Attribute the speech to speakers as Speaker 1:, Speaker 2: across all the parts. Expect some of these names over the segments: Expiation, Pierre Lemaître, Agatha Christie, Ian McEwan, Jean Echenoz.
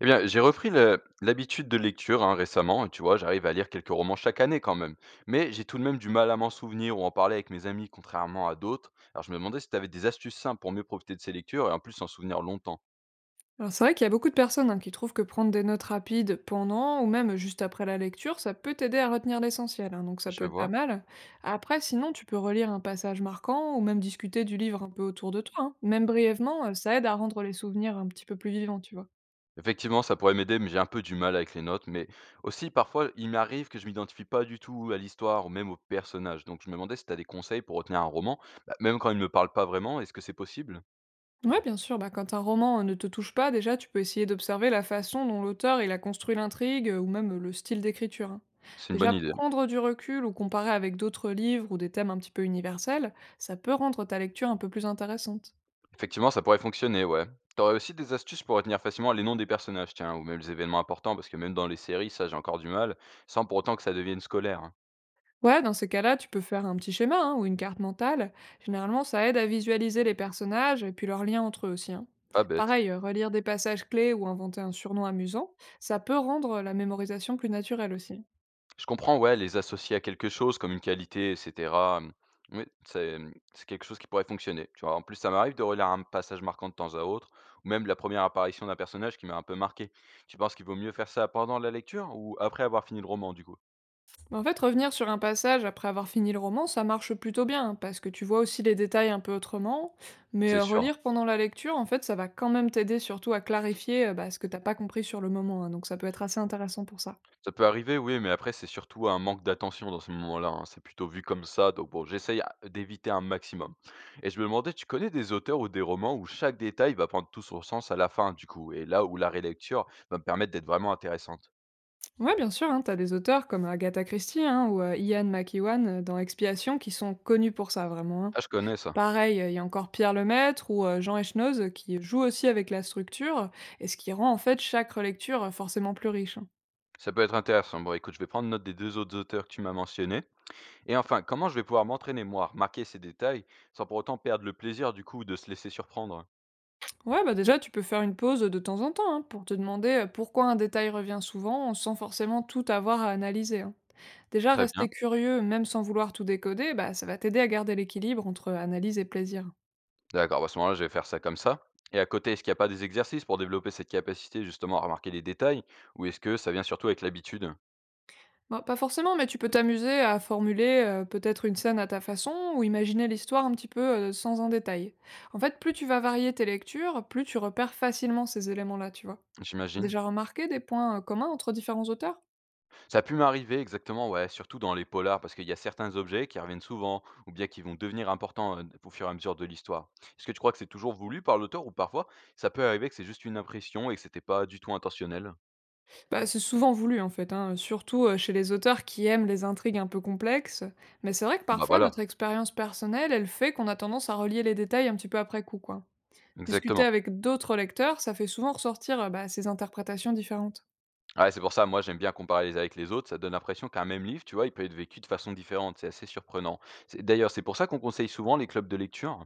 Speaker 1: Eh bien, j'ai repris l'habitude de lecture, hein, récemment, et tu vois, j'arrive à lire quelques romans chaque année quand même. Mais j'ai tout de même du mal à m'en souvenir ou en parler avec mes amis, contrairement à d'autres. Alors je me demandais si tu avais des astuces simples pour mieux profiter de ces lectures et en plus s'en souvenir longtemps.
Speaker 2: Alors c'est vrai qu'il y a beaucoup de personnes, hein, qui trouvent que prendre des notes rapides pendant ou même juste après la lecture, ça peut t'aider à retenir l'essentiel, hein, donc ça peut
Speaker 1: Je
Speaker 2: être pas
Speaker 1: vois.
Speaker 2: mal. Après, sinon, tu peux relire un passage marquant ou même discuter du livre un peu autour de toi, hein. Même brièvement, ça aide à rendre les souvenirs un petit peu plus vivants, tu vois.
Speaker 1: Effectivement, ça pourrait m'aider, mais j'ai un peu du mal avec les notes. Mais aussi, parfois, il m'arrive que je m'identifie pas du tout à l'histoire ou même au personnage. Donc je me demandais si tu as des conseils pour retenir un roman, bah, même quand il ne me parle pas vraiment, est-ce que c'est possible?
Speaker 2: Ouais, bien sûr, bah, quand un roman ne te touche pas, déjà, tu peux essayer d'observer la façon dont l'auteur il a construit l'intrigue, ou même le style d'écriture, hein.
Speaker 1: C'est une
Speaker 2: Déjà,
Speaker 1: bonne idée.
Speaker 2: prendre du recul ou comparer avec d'autres livres ou des thèmes un petit peu universels, ça peut rendre ta lecture un peu plus intéressante.
Speaker 1: Effectivement, ça pourrait fonctionner, ouais. T'aurais aussi des astuces pour retenir facilement les noms des personnages, tiens, ou même les événements importants, parce que même dans les séries, ça, j'ai encore du mal, sans pour autant que ça devienne scolaire, hein.
Speaker 2: Ouais, dans ces cas-là, tu peux faire un petit schéma, hein, ou une carte mentale. Généralement, ça aide à visualiser les personnages et puis leurs liens entre eux aussi, hein.
Speaker 1: Pas bête.
Speaker 2: Pareil, relire des passages clés ou inventer un surnom amusant, ça peut rendre la mémorisation plus naturelle aussi.
Speaker 1: Je comprends, ouais, les associer à quelque chose, comme une qualité, etc. Oui, c'est, mmh, c'est quelque chose qui pourrait fonctionner. Tu vois, en plus, ça m'arrive de relire un passage marquant de temps à autre, ou même la première apparition d'un personnage qui m'a un peu marqué. Tu penses qu'il vaut mieux faire ça pendant la lecture ou après avoir fini le roman, du coup?
Speaker 2: Mais en fait, revenir sur un passage après avoir fini le roman, ça marche plutôt bien, hein, parce que tu vois aussi les détails un peu autrement. Mais
Speaker 1: C'est sûr.
Speaker 2: relire pendant la lecture, en fait, ça va quand même t'aider surtout à clarifier, bah, ce que t'as pas compris sur le moment, hein, donc ça peut être assez intéressant pour ça.
Speaker 1: Ça peut arriver, oui, mais après c'est surtout un manque d'attention dans ce moment là hein. C'est plutôt vu comme ça, donc bon, j'essaye à d'éviter un maximum, et je me demandais, tu connais des auteurs ou des romans où chaque détail va prendre tout son sens à la fin, du coup, et là où la relecture va me permettre d'être vraiment intéressante?
Speaker 2: Ouais, bien sûr, hein, tu des auteurs comme Agatha Christie, hein, ou Ian McEwan, dans Expiation qui sont connus pour ça vraiment, hein.
Speaker 1: Ah, je connais ça.
Speaker 2: Pareil, il y a encore Pierre Lemaître ou Jean Echenoz qui jouent aussi avec la structure et ce qui rend en fait chaque relecture forcément plus riche, hein.
Speaker 1: Ça peut être intéressant. Bon, écoute, je vais prendre note des 2 autres auteurs que tu m'as mentionnés, et enfin, comment je vais pouvoir m'entraîner, moi, à remarquer ces détails sans pour autant perdre le plaisir, du coup, de se laisser surprendre?
Speaker 2: Ouais, bah déjà, tu peux faire une pause de temps en temps, hein, pour te demander, pourquoi un détail revient souvent sans forcément tout avoir à analyser, hein. Déjà,
Speaker 1: Très bien.
Speaker 2: rester curieux, même sans vouloir tout décoder, bah, ça va t'aider à garder l'équilibre entre analyse et plaisir.
Speaker 1: D'accord, bah, à ce moment-là, je vais faire ça comme ça. Et à côté, est-ce qu'il n'y a pas des exercices pour développer cette capacité justement à remarquer les détails? Ou est-ce que ça vient surtout avec l'habitude,
Speaker 2: Bah, pas forcément, mais tu peux t'amuser à formuler, peut-être une scène à ta façon ou imaginer l'histoire un petit peu, sans un détail. En fait, plus tu vas varier tes lectures, plus tu repères facilement ces éléments-là, tu vois? Tu
Speaker 1: j'imagine?
Speaker 2: déjà remarqué des points, communs entre différents auteurs?
Speaker 1: Ça a pu m'arriver, exactement, ouais, surtout dans les polars, parce qu'il y a certains objets qui reviennent souvent, ou bien qui vont devenir importants, au fur et à mesure de l'histoire. Est-ce que tu crois que c'est toujours voulu par l'auteur, ou parfois ça peut arriver que c'est juste une impression et que c'était pas du tout intentionnel?
Speaker 2: Bah, c'est souvent voulu, en fait, hein, surtout, chez les auteurs qui aiment les intrigues un peu complexes, mais c'est vrai que
Speaker 1: Bon, bah
Speaker 2: parfois notre
Speaker 1: voilà,
Speaker 2: expérience personnelle, elle fait qu'on a tendance à relier les détails un petit peu après coup, quoi. Discuter
Speaker 1: exactement.
Speaker 2: avec d'autres lecteurs, ça fait souvent ressortir, bah, ces interprétations différentes.
Speaker 1: Ouais, c'est pour ça, moi j'aime bien comparer les uns avec les autres, ça donne l'impression qu'un même livre, tu vois, il peut être vécu de façon différente, c'est assez surprenant. D'ailleurs, c'est pour ça qu'on conseille souvent les clubs de lecture.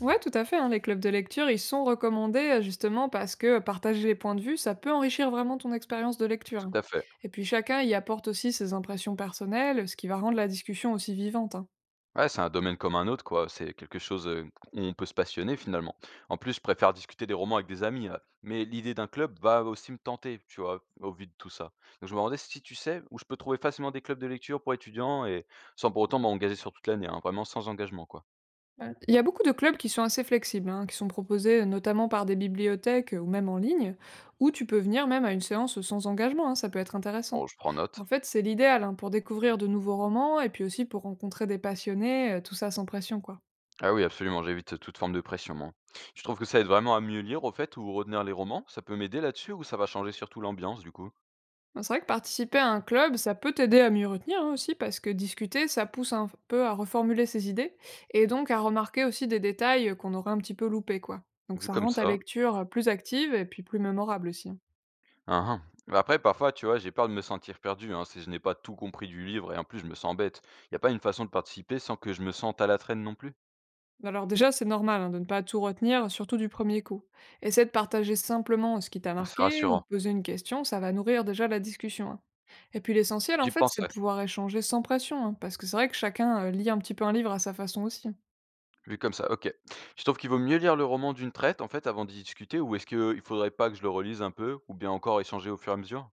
Speaker 2: Ouais, tout à fait, hein, les clubs de lecture, ils sont recommandés, justement parce que partager les points de vue, ça peut enrichir vraiment ton expérience de lecture,
Speaker 1: Tout
Speaker 2: hein.
Speaker 1: à fait.
Speaker 2: Et puis chacun y apporte aussi ses impressions personnelles, ce qui va rendre la discussion aussi vivante, hein.
Speaker 1: Ouais, c'est un domaine comme un autre, quoi. C'est quelque chose, où on peut se passionner finalement. En plus, je préfère discuter des romans avec des amis, mais l'idée d'un club va aussi me tenter, tu vois, au vu de tout ça. Donc je me demandais si tu sais où je peux trouver facilement des clubs de lecture pour étudiants et sans pour autant m'engager sur toute l'année, hein, vraiment sans engagement, quoi.
Speaker 2: Il y a beaucoup de clubs qui sont assez flexibles, hein, qui sont proposés, notamment par des bibliothèques ou même en ligne, où tu peux venir même à une séance sans engagement, hein, ça peut être intéressant.
Speaker 1: Bon, je prends note.
Speaker 2: En fait, c'est l'idéal, hein, pour découvrir de nouveaux romans et puis aussi pour rencontrer des passionnés, tout ça sans pression, quoi.
Speaker 1: Ah oui, absolument, j'évite toute forme de pression, moi. Tu trouves que ça aide vraiment à mieux lire, au fait, ou retenir les romans? Ça peut m'aider là-dessus ou ça va changer surtout l'ambiance, du coup?
Speaker 2: Ben, c'est vrai que participer à un club, ça peut t'aider à mieux retenir, hein, aussi, parce que discuter, ça pousse un peu à reformuler ses idées, et donc à remarquer aussi des détails qu'on aurait un petit peu loupés, quoi. Donc
Speaker 1: Vu
Speaker 2: ça
Speaker 1: comme
Speaker 2: rend ta
Speaker 1: ça.
Speaker 2: lecture plus active et puis plus mémorable aussi, hein.
Speaker 1: Hein, hein. Bah après, parfois, tu vois, j'ai peur de me sentir perdu, hein, si je n'ai pas tout compris du livre et en plus, je me sens bête. Il a pas une façon de participer sans que je me sente à la traîne non plus?
Speaker 2: Alors déjà, c'est normal, hein, de ne pas tout retenir, surtout du premier coup. Essaie de partager simplement ce qui t'a
Speaker 1: Ah, c'est
Speaker 2: marqué ou de
Speaker 1: rassurant.
Speaker 2: poser une question, ça va nourrir déjà la discussion, hein. Et puis l'essentiel, en
Speaker 1: J'y
Speaker 2: fait, c'est de
Speaker 1: penserai.
Speaker 2: pouvoir échanger sans pression, hein, parce que c'est vrai que chacun lit un petit peu un livre à sa façon aussi, hein.
Speaker 1: Vu comme ça, ok. Je trouve qu'il vaut mieux lire le roman d'une traite, en fait, avant d'y discuter, ou est-ce qu'il faudrait pas que je le relise un peu, ou bien encore échanger au fur et à mesure?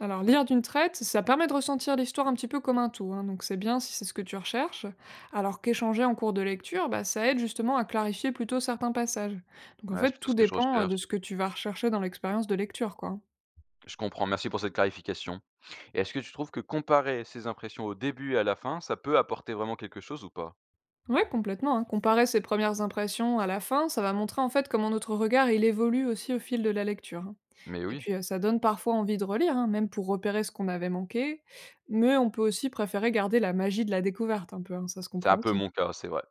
Speaker 2: Alors, lire d'une traite, ça permet de ressentir l'histoire un petit peu comme un tout, hein, donc c'est bien si c'est ce que tu recherches. Alors qu'échanger en cours de lecture, bah, ça aide justement à clarifier plutôt certains passages. Donc en
Speaker 1: Ouais, c'est
Speaker 2: fait,
Speaker 1: plutôt
Speaker 2: tout
Speaker 1: ce que je
Speaker 2: dépend,
Speaker 1: recherche.
Speaker 2: de ce que tu vas rechercher dans l'expérience de lecture, quoi, hein.
Speaker 1: Je comprends, merci pour cette clarification. Et est-ce que tu trouves que comparer ces impressions au début et à la fin, ça peut apporter vraiment quelque chose ou pas?
Speaker 2: Ouais, complètement, hein. Comparer ses premières impressions à la fin, ça va montrer en fait comment notre regard il évolue aussi au fil de la lecture, hein.
Speaker 1: Mais
Speaker 2: Et
Speaker 1: oui,
Speaker 2: puis ça donne parfois envie de relire, hein, même pour repérer ce qu'on avait manqué. Mais on peut aussi préférer garder la magie de la découverte un peu, hein, ça se
Speaker 1: c'est
Speaker 2: comprend
Speaker 1: un peu
Speaker 2: aussi.
Speaker 1: mon cas, c'est vrai.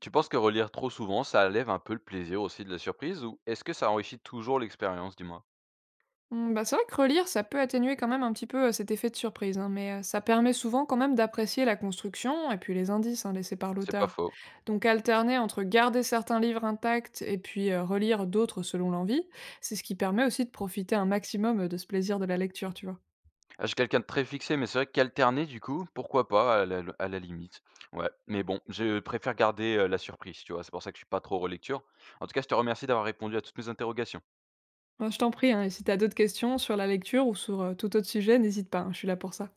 Speaker 1: Tu penses que relire trop souvent, ça enlève un peu le plaisir aussi de la surprise, ou est-ce que ça enrichit toujours l'expérience, dis-moi?
Speaker 2: Mmh, bah, c'est vrai que relire, ça peut atténuer quand même un petit peu, cet effet de surprise, hein, mais ça permet souvent quand même d'apprécier la construction et puis les indices, hein, laissés par
Speaker 1: C'est pas
Speaker 2: l'auteur.
Speaker 1: faux.
Speaker 2: Donc alterner entre garder certains livres intacts et puis, relire d'autres selon l'envie, c'est ce qui permet aussi de profiter un maximum, de ce plaisir de la lecture, tu vois?
Speaker 1: Ah, je suis quelqu'un de très fixé, mais c'est vrai qu'alterner, du coup, pourquoi pas, à la limite. Ouais, mais bon, je préfère garder, la surprise, tu vois, c'est pour ça que je suis pas trop relecture. En tout cas, je te remercie d'avoir répondu à toutes mes interrogations.
Speaker 2: Bah, je t'en prie, hein, et si t'as d'autres questions sur la lecture ou sur, tout autre sujet, n'hésite pas, hein, je suis là pour ça.